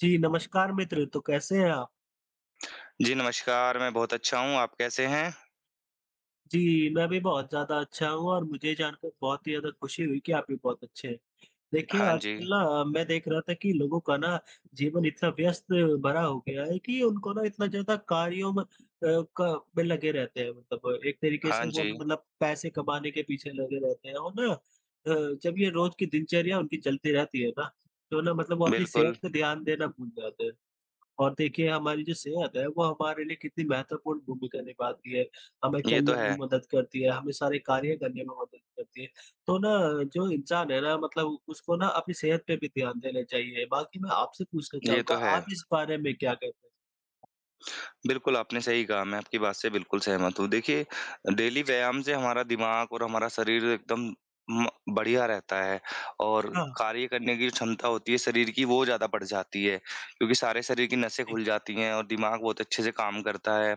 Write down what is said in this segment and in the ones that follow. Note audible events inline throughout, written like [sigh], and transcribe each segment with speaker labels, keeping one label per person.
Speaker 1: जी, नमस्कार मित्र, तो कैसे हैं आप?
Speaker 2: जी, नमस्कार, मैं बहुत अच्छा हूँ, आप कैसे हैं?
Speaker 1: जी, मैं भी बहुत ज़्यादा अच्छा हूँ और मुझे ये जानकर बहुत ही ज़्यादा खुशी हुई कि आप भी बहुत अच्छे हैं। देखिए,
Speaker 2: हाँ जी,
Speaker 1: आजकल ना मैं देख रहा था कि लोगों का ना जीवन इतना व्यस्त भरा हो गया है कि उनको ना इतना ज़्यादा कार्यों में अ, क में लगे रहते हैं मतलब एक तरीके
Speaker 2: हाँ
Speaker 1: से वो
Speaker 2: जी,
Speaker 1: ना मतलब पैसे कमाने के पीछे लगे रहते हैं और ना जब ये रोज़ की दिनचर्या उनकी चलती रहती है ना, तो ना मतलब वो अपनी
Speaker 2: बिल्कुल,
Speaker 1: सेहत पे ध्यान देना भूल जाते हैं। और देखिए हमारी जो सेहत है वो हमारे लिए कितनी महत्वपूर्ण भूमिका निभाती है। हमें
Speaker 2: ये तो
Speaker 1: चलने में
Speaker 2: है।
Speaker 1: मदद करती है, हमें सारे कार्य करने में मदद करती है। तो ना जो इंसान है ना मतलब उसको ना अपनी सेहत पे भी ध्यान देना चाहिए। बाकी मैं आपसे पूछना
Speaker 2: ये तो
Speaker 1: चाहूँगा
Speaker 2: है।
Speaker 1: आप इस बारे में क्या कहते हैं?
Speaker 2: बिल्कुल, आपने सही कहा, मैं आपकी बात से बिल्कुल सहमत हूँ। देखिए, डेली व्यायाम से हमारा दिमाग और हमारा शरीर एकदम म बढ़िया रहता है और
Speaker 1: हाँ,
Speaker 2: कार्य करने की जो क्षमता होती है शरीर की, वो ज़्यादा बढ़ जाती है, क्योंकि सारे शरीर की नसें
Speaker 1: जी।
Speaker 2: खुल जाती हैं और दिमाग बहुत अच्छे से काम करता है।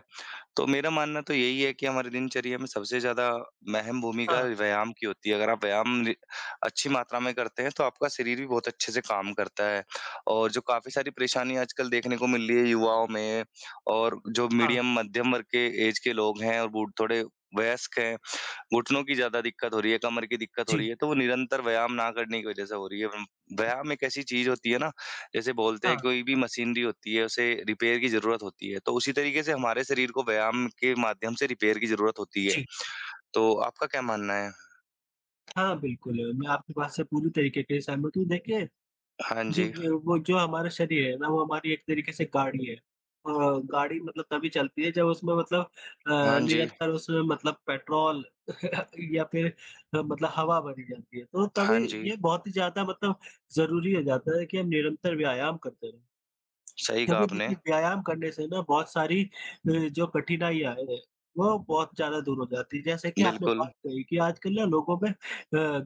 Speaker 2: तो मेरा मानना तो यही है कि हमारी दिनचर्या में सबसे ज़्यादा महम भूमिका
Speaker 1: हाँ,
Speaker 2: व्यायाम की होती है। अगर आप व्यायाम नि अच्छी मात्रा में करते हैं, तो आपका शरीर भी बहुत अच्छे से काम करता है। और जो काफ़ी
Speaker 1: जी।
Speaker 2: सारी परेशानियाँ आजकल देखने को मिल रही है युवाओं में और जो
Speaker 1: हाँ,
Speaker 2: मीडियम मध्यम वर्ग के ऐज के लोग हैं और बूढ़ थोड़े वयस्क हैं घुटनों की ज़्यादा दिक्कत हो रही है, कमर की दिक्कत हो
Speaker 1: जी।
Speaker 2: रही है, तो वो निरंतर व्यायाम ना करने की वजह से हो रही है। व्याम व्यायाम एक ऐसी चीज़ होती है ना, जैसे बोलते हैं
Speaker 1: हाँ,
Speaker 2: कोई भी मशीनरी होती है, उसे रिपेयर की ज़रूरत होती है, तो उसी तरीके से हमारे शरीर को व्यायाम के माध्यम से रिपेयर की ज़रूरत होती है।
Speaker 1: जी।
Speaker 2: तो आपका क्या मानना है?
Speaker 1: हाँ, बिल्कुल मैं आपकी बात से पूरी तरीके के सहमत हूँ। देखिए
Speaker 2: हाँ
Speaker 1: जब
Speaker 2: जी,
Speaker 1: ये वो जो हमारा शरीर है ना, वो हमारी एक तरीके से गाड़ी है। गाड़ी मतलब तभी चलती है जब उसमें मतलब
Speaker 2: हाँ जी,
Speaker 1: निरंतर उसमें मतलब पेट्रोल [laughs] या फिर मतलब हवा भरी जाती है। तो
Speaker 2: हाँ
Speaker 1: तभी
Speaker 2: जी,
Speaker 1: ये बहुत ही ज़्यादा मतलब ज़रूरी हो जाता है कि हम निरंतर व्यायाम करते रहें।
Speaker 2: सही कहा
Speaker 1: क्योंकि
Speaker 2: आपने।
Speaker 1: देखिए व्यायाम करने से ना बहुत सारी जो कठिनाइयाँ हैं, वो बहुत ज़्यादा दूर हो जाती है। जैसे कि आपने
Speaker 2: बिल्कुल,
Speaker 1: बात कही कि आजकल ना लोगों में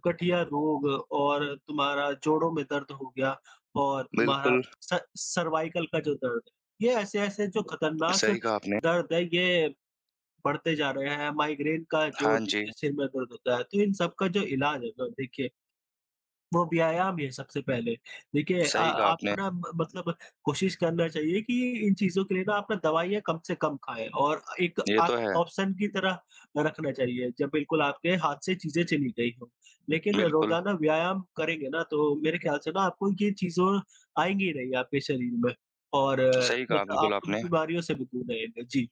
Speaker 1: गठिया रोग और तुम्हारा जोड़ों में दर्द हो गया और तुम्हारा
Speaker 2: बिल्कुल,
Speaker 1: स सर्वाइकल का जो दर्द है, ये ऐसे-ऐसे जो खतरनाक
Speaker 2: सही कहा आपने।
Speaker 1: दर्द है ये बढ़ते जा रहे हैं। माइग्रेन का जो
Speaker 2: हाँ
Speaker 1: दि
Speaker 2: जी,
Speaker 1: सिर में दर्द होता है, तो इन सब का जो इलाज है ना देखिए वो व्यायाम ही है सबसे पहले। देखिए
Speaker 2: सही कहा आपने।
Speaker 1: आपको ना म मतलब कोशिश करना चाहिए कि इन चीज़ों के लिए ना आप ना दवाइयाँ कम से कम खाएँ और एक
Speaker 2: ये तो
Speaker 1: आखिरी
Speaker 2: है।
Speaker 1: ऑप्शन की तरह रखना चाहिए, जब बिल्कुल आपके हाथ से चीज़ें चली गई हों। लेकिन
Speaker 2: बिल्कुल,
Speaker 1: रोज़ाना व्यायाम करेंगे ना तो मेरे ख्याल से ना आपको ये चीज़ों आएँगी ही नहीं आपके शरीर में और
Speaker 2: सही कहा
Speaker 1: मतलब
Speaker 2: बिल्कुल
Speaker 1: आप
Speaker 2: आपने।
Speaker 1: बीमारियों से भी दूर रहेंगे। जी,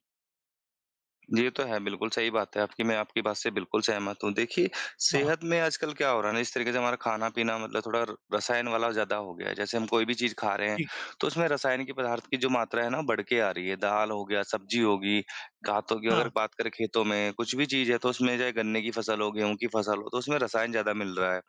Speaker 2: ये तो है, बिल्कुल सही बात है आपकी, मैं आपकी बात से बिल्कुल सहमत हूँ। देखिए,
Speaker 1: हाँ,
Speaker 2: सेहत में आजकल क्या हो रहा है ना, जिस तरीके से हमारा खाना-पीना मतलब थोड़ा र रसायन वाला ज़्यादा हो गया है। जैसे हम कोई भी चीज़ खा रहे हैं,
Speaker 1: जी,
Speaker 2: तो उसमें रसायन के पदार्थ की जो मात्रा है ना, बढ़ के आ रही है। दाल हो गया, सब्ज़ी होगी, खातों की अगर
Speaker 1: हाँ,
Speaker 2: बात करें खेतों में, कुछ भी चीज़ है, तो उसमें चाहे गन्ने की फसल हो, गेहूँ की फसल हो, तो उसमें रसायन ज़्यादा मिल रहा है।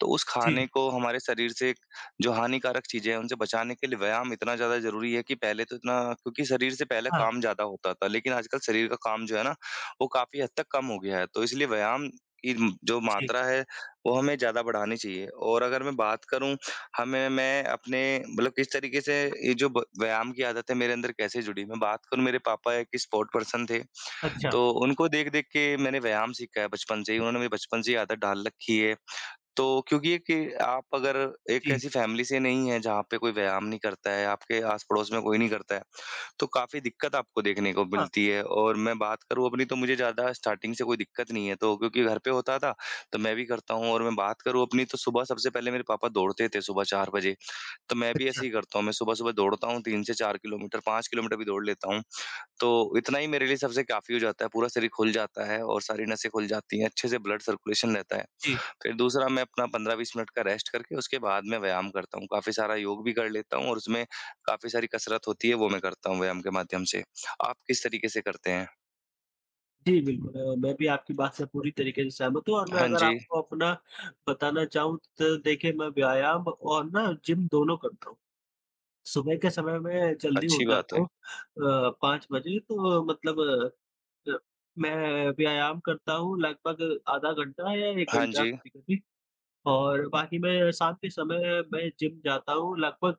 Speaker 2: तो उस
Speaker 1: जी,
Speaker 2: खाने को हमारे शरीर से जो हानिकारक चीज़ें हैं, उनसे बचाने के लिए व्यायाम इतना ज़्यादा ज़रूरी है कि पहले तो इतना क्योंकि शरीर से पहले
Speaker 1: हाँ,
Speaker 2: काम ज़्यादा होता था, लेकिन आजकल शरीर का काम जो है ना, वो काफ़ी हद तक कम हो गया है। तो इसलिए व्यायाम की जो
Speaker 1: जी,
Speaker 2: मात्रा है, वो हमें ज़्यादा बढ़ानी चाहिए और अगर मैं बात करूँ, हमें मैं अपने मतलब किस तरीके से ये जो ब व्यायाम की आदत है, मेरे अंदर कैसे जुड़ी? मैं बात करूँ, मेरे पापा एक स्पोर्ट पर्सन थे,
Speaker 1: अच्छा,
Speaker 2: तो उनको देख-देख के मैंने व्यायाम सीखा है बचपन से ही। उन्होंने मेरी बचपन से ही आदत डाल रखी है तो क्योंकि ये कि आप अगर एक
Speaker 1: जी,
Speaker 2: ऐसी फैमिली से नहीं हैं जहाँ पे कोई व्यायाम नहीं करता है, आपके आस-पड़ोस में कोई नहीं करता है, तो काफ़ी दिक्कत आपको देखने को
Speaker 1: हाँ,
Speaker 2: मिलती है और मैं बात करूँ अपनी तो मुझे ज़्यादा स्टार्टिंग से कोई दिक्कत नहीं है, तो क्योंकि घर पे होता था, तो मैं भी करता हूँ और मैं बात करूँ अपनी तो सुबह सबसे पहले मेरे पापा दौड़ते थे सुबह 4 बजे, तो मैं भी
Speaker 1: अच्छा,
Speaker 2: ऐसे ही करता हूँ। मैं सुबह-सुबह दौड़ता हूँ 3 से 4 किलोमीटर, 5 किलोमीटर भी दौड़ लेता हूँ, तो इतना ही मेरे लिए सबसे काफ़ी हो जाता है, पूरा शरीर खुल जाता है और सारी नसें खुल जाती हैं, अच्छे से ब्लड सर्कुलेशन रहता है।
Speaker 1: जी।
Speaker 2: फिर दूसरा मैं अपना 15-20 मिनट का रेस्ट करके उसके बाद मैं व्यायाम करता हूँ। काफ़ी सारा योग भी कर लेता हूँ और उसमें काफ़ी सारी कसरत होती है, वो मैं करता हूँ व्यायाम के माध्यम से। आप किस तरीके से करते हैं?
Speaker 1: जी, बिल्कुल मैं भी आपकी बात से पूरी तरीके से सहमत हूँ और मैं
Speaker 2: हाँ
Speaker 1: अगर
Speaker 2: जी,
Speaker 1: आपको अपना बताना चाहूँ तो देखिए मैं व्यायाम और ना जिम दोनों करता हूँ। सुबह के समय में जल्दी उठ
Speaker 2: अच्छी बात
Speaker 1: जाता
Speaker 2: है।
Speaker 1: हूँ 5 बजे तो मतलब अ, मैं व्यायाम करता हूँ लगभग आधा घंटा या 1
Speaker 2: हाँ
Speaker 1: घंटा
Speaker 2: जी,
Speaker 1: कभी-कभी और बाकी मैं शाम के समय मैं जिम जाता हूँ लगभग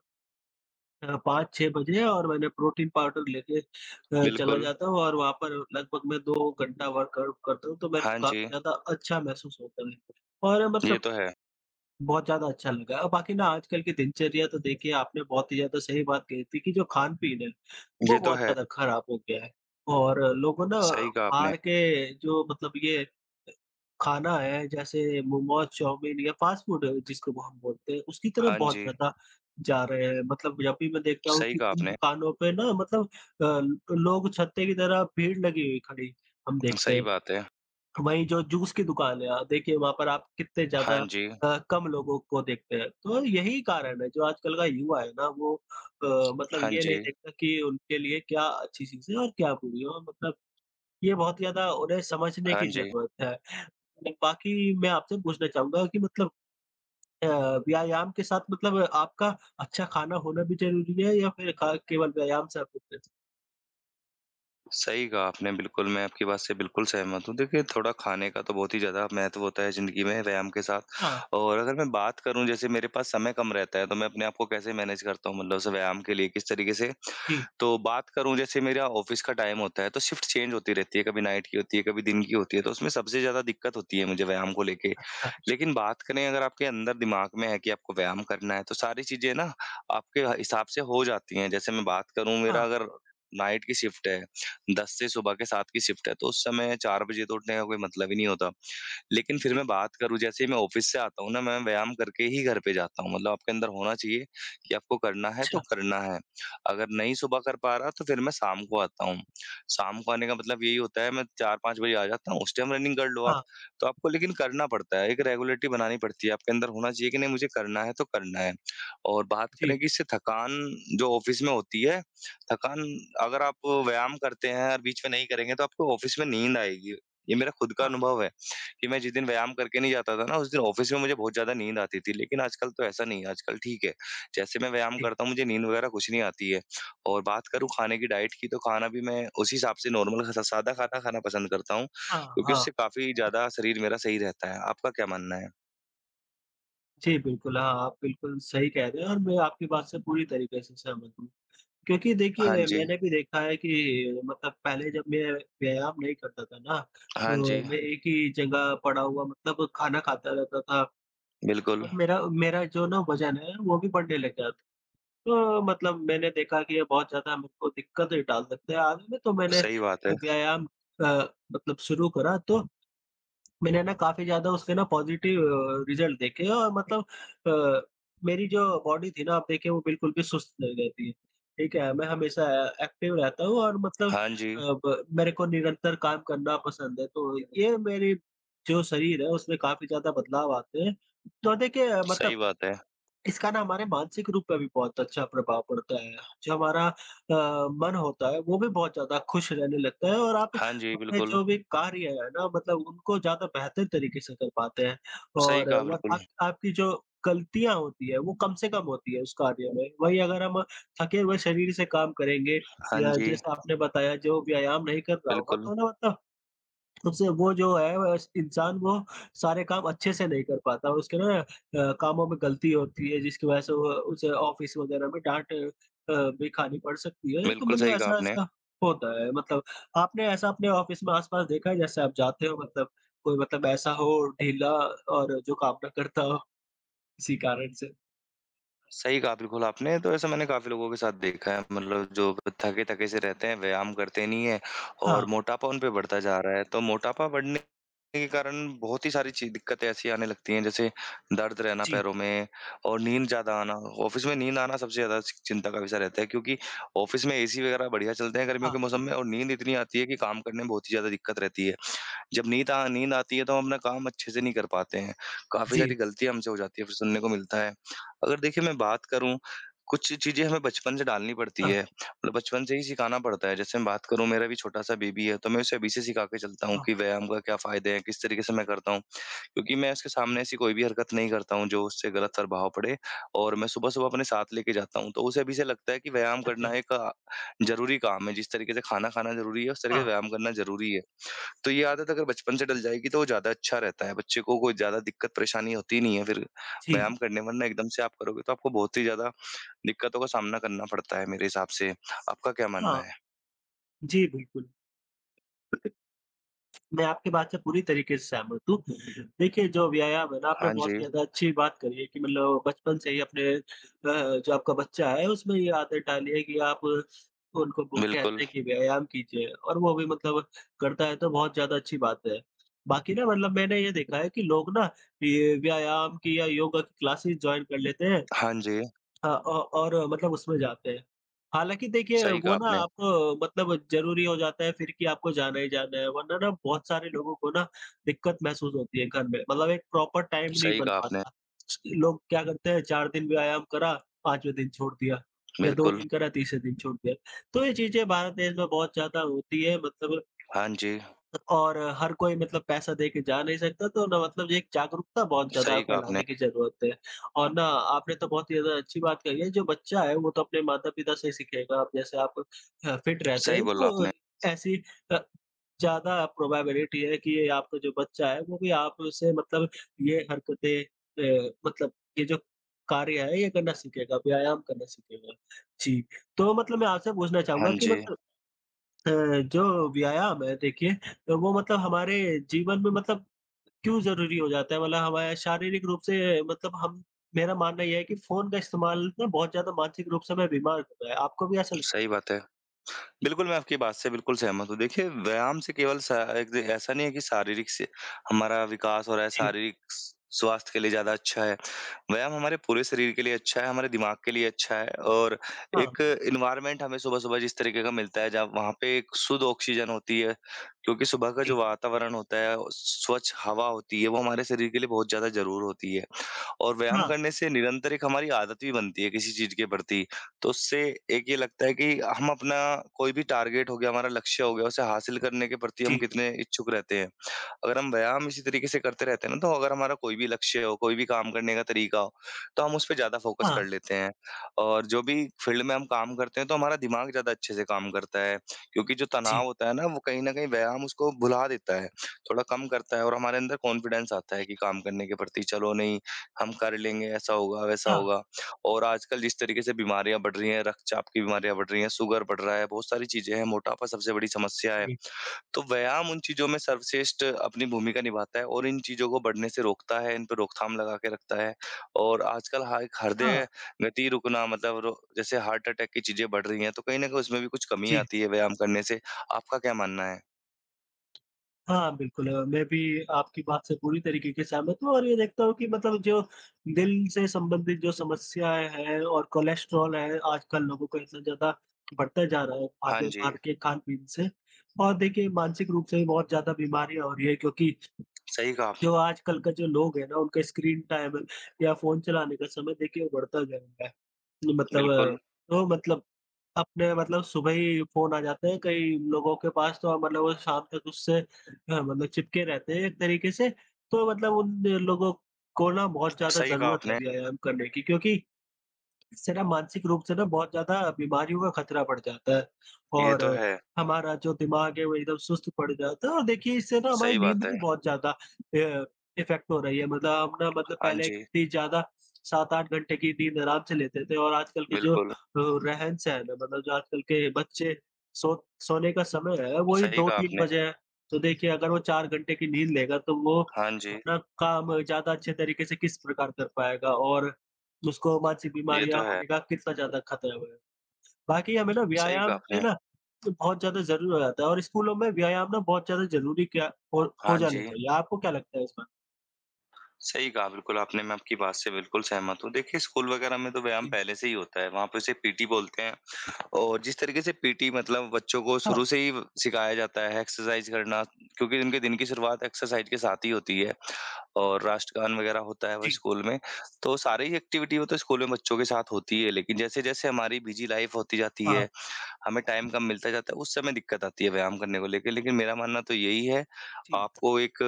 Speaker 1: 5-6 बजे और मैंने प्रोटीन पाउडर लेके चला
Speaker 2: बिल्कुल।
Speaker 1: जाता हूँ और वहाँ पर लगभग मैं 2 घंटा वर्कआउट करता हूँ, तो मेरे को
Speaker 2: हाँ
Speaker 1: काफ़ी
Speaker 2: जी,
Speaker 1: ज़्यादा अच्छा महसूस होता है और
Speaker 2: ये
Speaker 1: मतलब
Speaker 2: तो है।
Speaker 1: बहुत ज़्यादा अच्छा लगा। और बाकी ना आजकल की दिनचर्या तो देखिए आपने बहुत ही ज़्यादा सही बात कही थी कि जो खान-पीन है, वो
Speaker 2: ये तो
Speaker 1: बहुत
Speaker 2: है।
Speaker 1: ज़्यादा खराब हो गया है और लोगों ना
Speaker 2: सही कहा आपने।
Speaker 1: बाहर के जो मतलब ये खाना है जैसे मोमोज़, चाउमीन या फ़ास्ट फ़ूड जिसको वो हम बोलते हैं, उसकी तरफ
Speaker 2: हाँ
Speaker 1: बहुत
Speaker 2: जी,
Speaker 1: ज़्यादा जा रहे हैं। मतलब जब भी मैं देखता हूँ
Speaker 2: सही
Speaker 1: कि
Speaker 2: कहा
Speaker 1: इन
Speaker 2: आपने।
Speaker 1: दुकानों पे ना मतलब लोग छत्ते की तरह भीड़ लगी हुई खड़ी हम देखते
Speaker 2: सही
Speaker 1: हैं।
Speaker 2: बात है।
Speaker 1: वहीं जो जूस की दुकान है देखिए वहाँ पर आप कितने ज़्यादा
Speaker 2: हाँ जी,
Speaker 1: कम लोगों को देखते हैं। तो यही कारण है जो आजकल का युवा है ना वो मतलब
Speaker 2: हाँ
Speaker 1: ये नहीं
Speaker 2: जी,
Speaker 1: देखता कि उनके लिए क्या अच्छी चीज़ है और क्या बुरी है और मतलब ये बहुत ज़्यादा उन्हें समझने
Speaker 2: हाँ
Speaker 1: की
Speaker 2: जी।
Speaker 1: ज़रूरत है। मतलब बाकी मैं आपसे पूछना चाहूँगा कि मतलब अ, व्यायाम के साथ मतलब आपका अच्छा खाना होना भी ज़रूरी है या फिर खा केवल व्यायाम से आप फिटनेस
Speaker 2: सही कहा आपने, बिल्कुल, मैं आपकी बात से बिल्कुल सहमत हूँ। देखिए, थोड़ा खाने का तो बहुत ही ज़्यादा महत्व होता है ज़िंदगी में व्यायाम के
Speaker 1: हाँ,
Speaker 2: साथ और अगर मैं बात करूँ, जैसे मेरे पास समय कम रहता है, तो मैं अपने आप को कैसे मैनेज करता हूँ मतलब उस व्यायाम के लिए किस तरीके से?
Speaker 1: जी,
Speaker 2: तो बात करूँ, जैसे मेरा ऑफ़िस का टाइम होता है, तो शिफ्ट चेंज होती रहती है, कभी नाइट की होती है, कभी दिन की होती है, तो उसमें सबसे ज़्यादा दिक्कत होती है मुझे व्यायाम को लेके।
Speaker 1: हाँ,
Speaker 2: लेकिन बात करें अगर आपके अंदर दिमाग में है कि आपको व्यायाम करना है, तो सारी चीज़ें ना आपके हिसाब से हो जाती हैं। जैसे मैं बात करूँ,
Speaker 1: हाँ,
Speaker 2: मेरा अगर नाइट की शिफ्ट है, 10 से सुबह के 7 की शिफ्ट है, तो उस समय 4 बजे तो उठने का कोई मतलब ही नहीं होता। लेकिन फिर
Speaker 1: जी,
Speaker 2: मैं बात करूँ जैसे ही मैं ऑफ़िस से आता हूँ ना, मैं व्यायाम करके ही घर पे जाता हूँ। मतलब आपके अंदर होना चाहिए कि आपको करना है तो
Speaker 1: अच्छा,
Speaker 2: करना है। अगर नहीं सुबह कर पा रहा तो फिर मैं शाम को आता हूँ। शाम को आने का मतलब यही होता है मैं 4-5 बजे आ जाता हूँ, उस टाइम रनिंग कर लो आप।
Speaker 1: हाँ,
Speaker 2: तो आपको लेकिन करना पड़ता है, एक रेगुलरिटी बनानी पड़ती है। आपके अंदर होना चाहिए कि नहीं मुझे करना है तो करना है। और बात
Speaker 1: जी,
Speaker 2: करें कि इससे थकान जो ऑफ़िस में होती है, थकान अगर आप व्यायाम करते हैं और बीच में नहीं करेंगे तो आपको ऑफ़िस में नींद आएगी। ये मेरा खुद का
Speaker 1: हाँ,
Speaker 2: अनुभव है। कि मैं जिस दिन व्यायाम करके नहीं जाता था ना, उस दिन ऑफ़िस में मुझे बहुत ज़्यादा नींद आती थी। लेकिन आजकल तो ऐसा नहीं है, आजकल ठीक है। जैसे मैं व्यायाम
Speaker 1: जी,
Speaker 2: करता हूँ, मुझे नींद वगैरह कुछ नहीं आती है। और बात करूँ खाने की डाइट की, तो खाना भी मैं उसी हिसाब से नॉर्मल ख सादा खाना खाना पसंद करता हूँ,
Speaker 1: हाँ,
Speaker 2: क्योंकि
Speaker 1: हाँ।
Speaker 2: उससे काफ़ी ज़्यादा शरीर मेरा सही रहता है। आपका क्या मानना है?
Speaker 1: जी, बिल्कुल, हाँ, आप बिल्कुल सही कह रहे हैं और मैं आपकी बात से पूरी तरीके से सहमत हूँ। क्योंकि
Speaker 2: हाँ
Speaker 1: देखिए,
Speaker 2: जी,
Speaker 1: मैंने भी देखा है कि मतलब पहले जब मैं व्यायाम नहीं करता था ना,
Speaker 2: हाँ
Speaker 1: तो
Speaker 2: जी,
Speaker 1: मैं एक ही जगह पड़ा हुआ मतलब खाना खाता रहता था
Speaker 2: बिल्कुल,
Speaker 1: और मेरा मेरा जो ना वज़न है, वो भी बढ़ने लग गया था। तो मतलब मैंने देखा कि ये बहुत ज़्यादा मेरे को दिक्कत डाल सकता है आगे में, तो मैंने
Speaker 2: सही बात है।
Speaker 1: व्यायाम अ, मतलब शुरू करा तो मैंने ना काफ़ी ज़्यादा उससे ना पॉज़िटिव रिज़ल्ट देखे और मतलब अ, मेरी जो बॉडी थी ना आप देखिए वो बिल्कुल भी सुस्त नहीं रहती है, ठीक है? मैं हमेशा एक्टिव रहता हूँ और मतलब
Speaker 2: हाँ जी,
Speaker 1: अ, ब मेरे को निरंतर काम करना पसंद है, तो ये मेरी जो शरीर है उसमें काफ़ी ज़्यादा बदलाव आते हैं। तो देखिए मतलब
Speaker 2: सही बात है।
Speaker 1: इसका ना हमारे मानसिक रूप पे भी बहुत अच्छा प्रभाव पड़ता है। जो हमारा मन होता है वो भी बहुत ज़्यादा खुश रहने लगता है और आप
Speaker 2: हाँ जी,
Speaker 1: अपने
Speaker 2: बिल्कुल,
Speaker 1: जो भी कार्य है ना मतलब उनको ज़्यादा बेहतर तरीके से कर पाते हैं
Speaker 2: सही
Speaker 1: और
Speaker 2: कहा
Speaker 1: व
Speaker 2: बिल्कुल।
Speaker 1: आप आपकी जो गलतियाँ होती है वो कम से कम होती है उस कार्य में। वहीं अगर हम थके हुए शरीर से काम करेंगे
Speaker 2: हाँ
Speaker 1: या
Speaker 2: जी,
Speaker 1: जैसा आपने बताया जो व्यायाम नहीं कर रहा होगा
Speaker 2: बिल्कुल,
Speaker 1: तो ना मतलब उससे वो जो है वो स इंसान वो सारे काम अच्छे से नहीं कर पाता, उसके ना कामों में गलती होती है जिसकी वजह से वो उसे ऑफ़िस वग़ैरह में डाँट भी खानी पड़ सकती है, तो
Speaker 2: बिल्कुल
Speaker 1: मतलब
Speaker 2: सही कहा आपने।
Speaker 1: ऐसा-ऐसा होता है। मतलब आपने ऐसा अपने ऑफ़िस में आस-पास देखा है जैसे आप जाते हो मतलब कोई मतलब ऐसा हो ढीला और जो काम ना करता हो किसी कारण से?
Speaker 2: सही कहा बिल्कुल आपने, तो ऐसा मैंने काफ़ी लोगों के साथ देखा है मतलब जो थके-थके से रहते हैं, व्यायाम करते नहीं हैं और
Speaker 1: हाँ,
Speaker 2: मोटापा उन पे बढ़ता जा रहा है। तो मोटापा बढ़ने के कारण बहुत ही सारी ची दिक्कतें ऐसी आने लगती हैं जैसे दर्द रहना
Speaker 1: जी,
Speaker 2: पैरों में और नींद ज़्यादा आना। ऑफ़िस में नींद आना सबसे ज़्यादा चिंता का विषय रहता है क्योंकि ऑफ़िस में एसी वगैरह बढ़िया चलते हैं गर्मियों के
Speaker 1: हाँ,
Speaker 2: मौसम में और नींद इतनी आती है कि काम करने में बहुत ही ज़्यादा दिक्कत रहती है। जब नींद आ नींद आती है तो हम अपना काम अच्छे से नहीं कर पाते हैं। काफ़ी सारी
Speaker 1: जी,
Speaker 2: गलतियाँ हमसे हो जाती है, फिर सुनने को मिलता है। अगर देखिए मैं बात करूँ, कुछ चीज़ें हमें बचपन से डालनी पड़ती
Speaker 1: हाँ,
Speaker 2: है, मतलब बचपन से ही सिखाना पड़ता है। जैसे मैं बात करूँ मेरा भी छोटा-सा बेबी है, तो मैं उसे अभी से सिखा के चलता हूँ
Speaker 1: हाँ,
Speaker 2: कि व्यायाम का क्या फ़ायदे हैं, किस तरीके से मैं करता हूँ। क्योंकि मैं उसके सामने
Speaker 1: जी,
Speaker 2: ऐसी कोई भी हरकत नहीं करता हूँ जो उससे गलत प्रभाव पड़े और मैं सुबह-सुबह अपने साथ लेके जाता हूँ। तो उसे अभी से लगता है कि व्यायाम करना
Speaker 1: अच्छा,
Speaker 2: एक ज़रूरी काम है, जिस तरीके से खाना खाना ज़रूरी है, उस तरीके से
Speaker 1: हाँ,
Speaker 2: व्यायाम करना ज़रूरी है। तो ये आदत अगर बचपन से डल जाएगी तो वो ज़्यादा अच्छा रहता है, बच्चे को कोई ज़्यादा दिक्कत परेशानी होती नहीं है फिर
Speaker 1: जी,
Speaker 2: व्यायाम करने वरना एकदम से आप करोगे तो आपको बहुत ही ज़्यादा दिक्कतों का सामना करना पड़ता है मेरे हिसाब से। आपका क्या मानना
Speaker 1: हाँ,
Speaker 2: है?
Speaker 1: जी, बिल्कुल। मैं आपकी बात से पूरी तरीके से सहमत हूँ। देखिए, जो व्यायाम है ना, आपने
Speaker 2: हाँ
Speaker 1: बहुत
Speaker 2: जी,
Speaker 1: ही ज़्यादा अच्छी बात करी है कि मतलब बचपन से ही अपने जो आपका बच्चा है, उसमें ये आदत डाली है कि आप उनको बुक
Speaker 2: बिल्कुल।
Speaker 1: कहते हैं कि व्यायाम कीजिए और वो भी मतलब करता है, तो बहुत ज़्यादा अच्छी बात है। बाकी ना मतलब मैंने ये देखा है कि लोग ना ये व्यायाम की या योगा की क्लासेस जॉइन कर लेते हैं
Speaker 2: हाँ जी,
Speaker 1: हाँ, औ और मतलब उसमें जाते हैं। हालाँकि देखिए
Speaker 2: सही
Speaker 1: वो
Speaker 2: कहा
Speaker 1: ना
Speaker 2: आपने,
Speaker 1: आपको मतलब ज़रूरी हो जाता है फिर कि आपको जाना ही जाना है, वरना ना बहुत सारे लोगों को ना दिक्कत महसूस होती है घर में, मतलब एक प्रॉपर टाइम नहीं
Speaker 2: सही
Speaker 1: बन
Speaker 2: कहा आपने।
Speaker 1: पाता। लोग क्या करते हैं 4 दिन व्यायाम करा, 5वें दिन छोड़ दिया या 2
Speaker 2: बिल्कुल।
Speaker 1: दिन करा, तीसरे दिन छोड़ दिया। तो ये चीज़ें भारत देश में बहुत ज़्यादा होती है मतलब
Speaker 2: हाँ जी,
Speaker 1: और हर कोई मतलब पैसा दे के जा नहीं सकता, तो ना मतलब ये एक जागरूकता बहुत ज़्यादा
Speaker 2: सही कहा आपने,
Speaker 1: फैलाने की ज़रूरत है। और ना आपने तो बहुत ही ज़्यादा अच्छी बात कही है, जो बच्चा है वो तो अपने माता-पिता से ही सीखेगा। अब जैसे आप फिट रहते
Speaker 2: सही
Speaker 1: हैं
Speaker 2: बोला
Speaker 1: तो
Speaker 2: आपने।
Speaker 1: ऐसी अ, ज़्यादा प्रोबेबिलिटी है कि ये आपका जो बच्चा है वो भी आपसे मतलब ये हरकतें मतलब ये जो कार्य है ये करना सीखेगा, व्यायाम करना सीखेगा। जी, तो मतलब मैं आपसे पूछना
Speaker 2: हाँ
Speaker 1: चाहूँगा कि
Speaker 2: जी,
Speaker 1: मतलब अ, जो व्यायाम है देखिए, तो वो मतलब हमारे जीवन में मतलब क्यों ज़रूरी हो जाता है? मतलब हमारे शारीरिक रूप से मतलब हम मेरा मानना ये है कि फ़ोन का इस्तेमाल ना बहुत ज़्यादा मानसिक रूप से हमें बीमार कर रहा है। आपको भी ऐसा लग
Speaker 2: सही बात है। बिल्कुल, मैं आपकी बात से बिल्कुल सहमत हूँ। देखिए, व्यायाम से केवल सा एक दे ऐसा नहीं है कि शारीरिक से हमारा विकास हो रहा है,
Speaker 1: जी।
Speaker 2: शारीरिक स स्वास्थ्य के लिए ज़्यादा अच्छा है। व्यायाम हमारे पूरे शरीर के लिए अच्छा है, हमारे दिमाग के लिए अच्छा है और
Speaker 1: हाँ,
Speaker 2: एक एनवायरनमेंट हमें सुबह-सुबह जिस तरीके का मिलता है, जब वहाँ पे एक शुद्ध ऑक्सीजन होती है, क्योंकि सुबह का
Speaker 1: जी।
Speaker 2: जो वातावरण होता है, स्वच्छ हवा होती है, वो हमारे शरीर के लिए बहुत ज़्यादा ज़रूर होती है। और व्यायाम
Speaker 1: हाँ,
Speaker 2: करने से निरंतर एक हमारी आदत भी बनती है किसी चीज़ के प्रति। तो उससे एक ये लगता है कि हम अपना कोई भी टारगेट हो गया, हमारा लक्ष्य हो गया, उसे हासिल करने के प्रति हम
Speaker 1: जी।
Speaker 2: कितने इच्छुक रहते हैं। अगर हम व्यायाम इसी तरीके से करते रहते हैं ना, तो अगर हमारा कोई भी लक्ष्य हो, कोई भी काम करने का तरीका हो, तो हम उस पे ज़्यादा फोकस
Speaker 1: हाँ,
Speaker 2: कर लेते हैं। और जो भी फील्ड में हम काम करते हैं, तो हमारा दिमाग ज़्यादा अच्छे से काम करता है, क्योंकि जो
Speaker 1: जी।
Speaker 2: तनाव होता है ना, वो कहीं न कहीं व्यायाम उसको भुला देता है, थोड़ा कम करता है और हमारे अंदर कॉन्फिडेंस आता है कि काम करने के प्रति, "चलो नहीं, हम कर लेंगे, ऐसा होगा, वैसा
Speaker 1: हाँ,
Speaker 2: होगा।" और आजकल जिस तरीके से बीमारियाँ बढ़ रही हैं, रक्तचाप की बीमारियाँ बढ़ रही हैं, शुगर बढ़ रहा है, बहुत सारी चीज़ें हैं, मोटापा सबसे बड़ी समस्या है।
Speaker 1: जी।
Speaker 2: तो व्यायाम उन चीज़ों में सर्वश्रेष्ठ अपनी भूमिका निभाता है और इन चीज़ों को बढ़ने से रोकता है, इन पे रोकथाम लगा के रखता है और आजकल हा एक
Speaker 1: हाँ,
Speaker 2: हृदय गति रुकना मतलब रो जैसे हार्ट अटैक की चीज़ें बढ़ रही हैं, तो कहीं न कहीं उसमें भी कुछ कमी
Speaker 1: जी।
Speaker 2: आती है व्यायाम करने से। आपका क्या मानना है?
Speaker 1: हाँ, बिल्कुल मैं भी आपकी बात से पूरी तरीके के सहमत हूँ और ये देखता हूँ कि मतलब जो दिल से संबंधित जो समस्याएँ हैं और कोलेस्ट्रॉल है, आजकल लोगों को इतना ज़्यादा बढ़ता जा रहा है
Speaker 2: हाँ
Speaker 1: आगे
Speaker 2: जी,
Speaker 1: बाहर के खान-पीन से। और देखिए मानसिक रूप से भी बहुत ज़्यादा बीमारियाँ हो रही है क्योंकि
Speaker 2: सही कहा आपने।
Speaker 1: जो आजकल का जो लोग है ना, उनका स्क्रीन टाइम या फ़ोन चलाने का समय देखिए वो बढ़ता जा रहा है। मतलब
Speaker 2: बिल्कुल,
Speaker 1: तो मतलब अपने मतलब सुबह ही फ़ोन आ जाते हैं, कई लोगों के पास तो मतलब वो शाम तक उससे मतलब चिपके रहते हैं एक तरीके से। तो मतलब उन लोगों को ना बहुत ज़्यादा
Speaker 2: सही कहा
Speaker 1: ज़रूरत है
Speaker 2: आपने।
Speaker 1: व्यायाम करने की क्योंकि इससे ना मानसिक रूप से ना बहुत ज़्यादा बीमारियों का खतरा बढ़ जाता है
Speaker 2: ये
Speaker 1: और
Speaker 2: तो है,
Speaker 1: हमारा जो दिमाग है वो एकदम सुस्त पड़ जाता है और देखिए इससे ना हमारी
Speaker 2: सही
Speaker 1: नींद
Speaker 2: बात है।
Speaker 1: भी बहुत ज़्यादा इफ़ेक्ट हो रही है मतलब हम ना मतलब
Speaker 2: हाँ
Speaker 1: पहले
Speaker 2: जी,
Speaker 1: कितनी ज़्यादा 7-8 घंटे की नींद आराम से लेते थे और आजकल के जो
Speaker 2: बिल्कुल,
Speaker 1: रहन-सहन है मतलब जो आजकल के बच्चे सो सोने का समय है वही
Speaker 2: सही कहा
Speaker 1: 2-3
Speaker 2: आपने।
Speaker 1: बजे है। तो देखिए अगर वो 4 घंटे की नींद लेगा तो वो
Speaker 2: हाँ जी,
Speaker 1: अपना काम ज़्यादा अच्छे तरीके से किस प्रकार कर पाएगा और उसको मानसिक
Speaker 2: ये तो
Speaker 1: बीमारियाँ
Speaker 2: है,
Speaker 1: होने का कितना ज़्यादा खतरा है। बाकी हमें ना
Speaker 2: सही कहा
Speaker 1: व्यायाम ये
Speaker 2: आपने।
Speaker 1: ना बहुत ज़्यादा ज़रूरी हो जाता है और स्कूलों में व्यायाम ना बहुत ज़्यादा ज़रूरी क्या हो
Speaker 2: हाँ
Speaker 1: हो जाना
Speaker 2: जी।
Speaker 1: चाहिए। आपको क्या लगता है इस बारे में?
Speaker 2: सही कहा बिल्कुल आपने, मैं आपकी बात से बिल्कुल सहमत हूँ। देखिए स्कूल वगैरह में तो व्यायाम
Speaker 1: जी।
Speaker 2: पहले से ही होता है, वहाँ पे उसे पीटी बोलते हैं और जिस तरीके से पीटी मतलब बच्चों को
Speaker 1: हाँ,
Speaker 2: शुरू से ही व सिखाया जाता है एक्सरसाइज़ करना क्योंकि उनके दिन की शुरुआत एक्सरसाइज़ के साथ ही होती है और राष्ट्रगान वगैरह होता है वो
Speaker 1: जी।
Speaker 2: स्कूल में। तो सारी ही एक्टिविटी वो तो स्कूल में बच्चों के साथ होती है, लेकिन जैसे-जैसे हमारी बिज़ी लाइफ़ होती जाती
Speaker 1: हाँ,
Speaker 2: है हमें टाइम कम मिलता जाता है, उस समय दिक्कत आती है व्यायाम करने को लेके। लेकिन मेरा मानना तो यही है,
Speaker 1: जी।
Speaker 2: आपको एक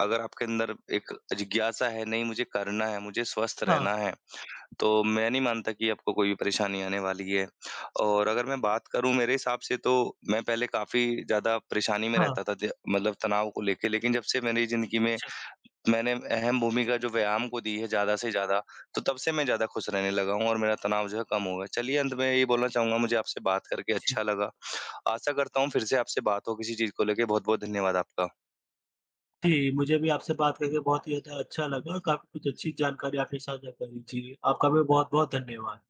Speaker 2: अगर आपके अंदर एक जिज्ञासा है, नहीं मुझे करना है, मुझे स्वस्थ
Speaker 1: हाँ,
Speaker 2: रहना है, तो मैं नहीं मानता कि आपको कोई भी परेशानी आने वाली है। और अगर मैं बात करूँ मेरे हिसाब से तो मैं पहले काफ़ी ज़्यादा परेशानी में
Speaker 1: हाँ।
Speaker 2: रहता था ज मतलब तनाव को लेके, लेकिन जब से मेरी ज़िंदगी में
Speaker 1: अच्छा,
Speaker 2: मैंने अहम भूमिका जो व्यायाम को दी है ज़्यादा से ज़्यादा, तो तब से मैं ज़्यादा खुश रहने लगा हूँ और मेरा तनाव जो है कम हो गया। चलिए अंत में यही बोलना चाहूँगा मुझे आपसे बात करके
Speaker 1: जी।
Speaker 2: अच्छा लगा। आशा करता हूँ फिर से आपसे बात हो किसी चीज़ को लेके। बहुत-बहुत धन्यवाद आपका।
Speaker 1: जी, मुझे भी आपसे बात करके बहुत ही ज़्यादा अच्छा लगा और काफ़ी कुछ अच्छी जानकारी आपने साझा करी। जी, आपका भी बहुत-बहुत धन्यवाद।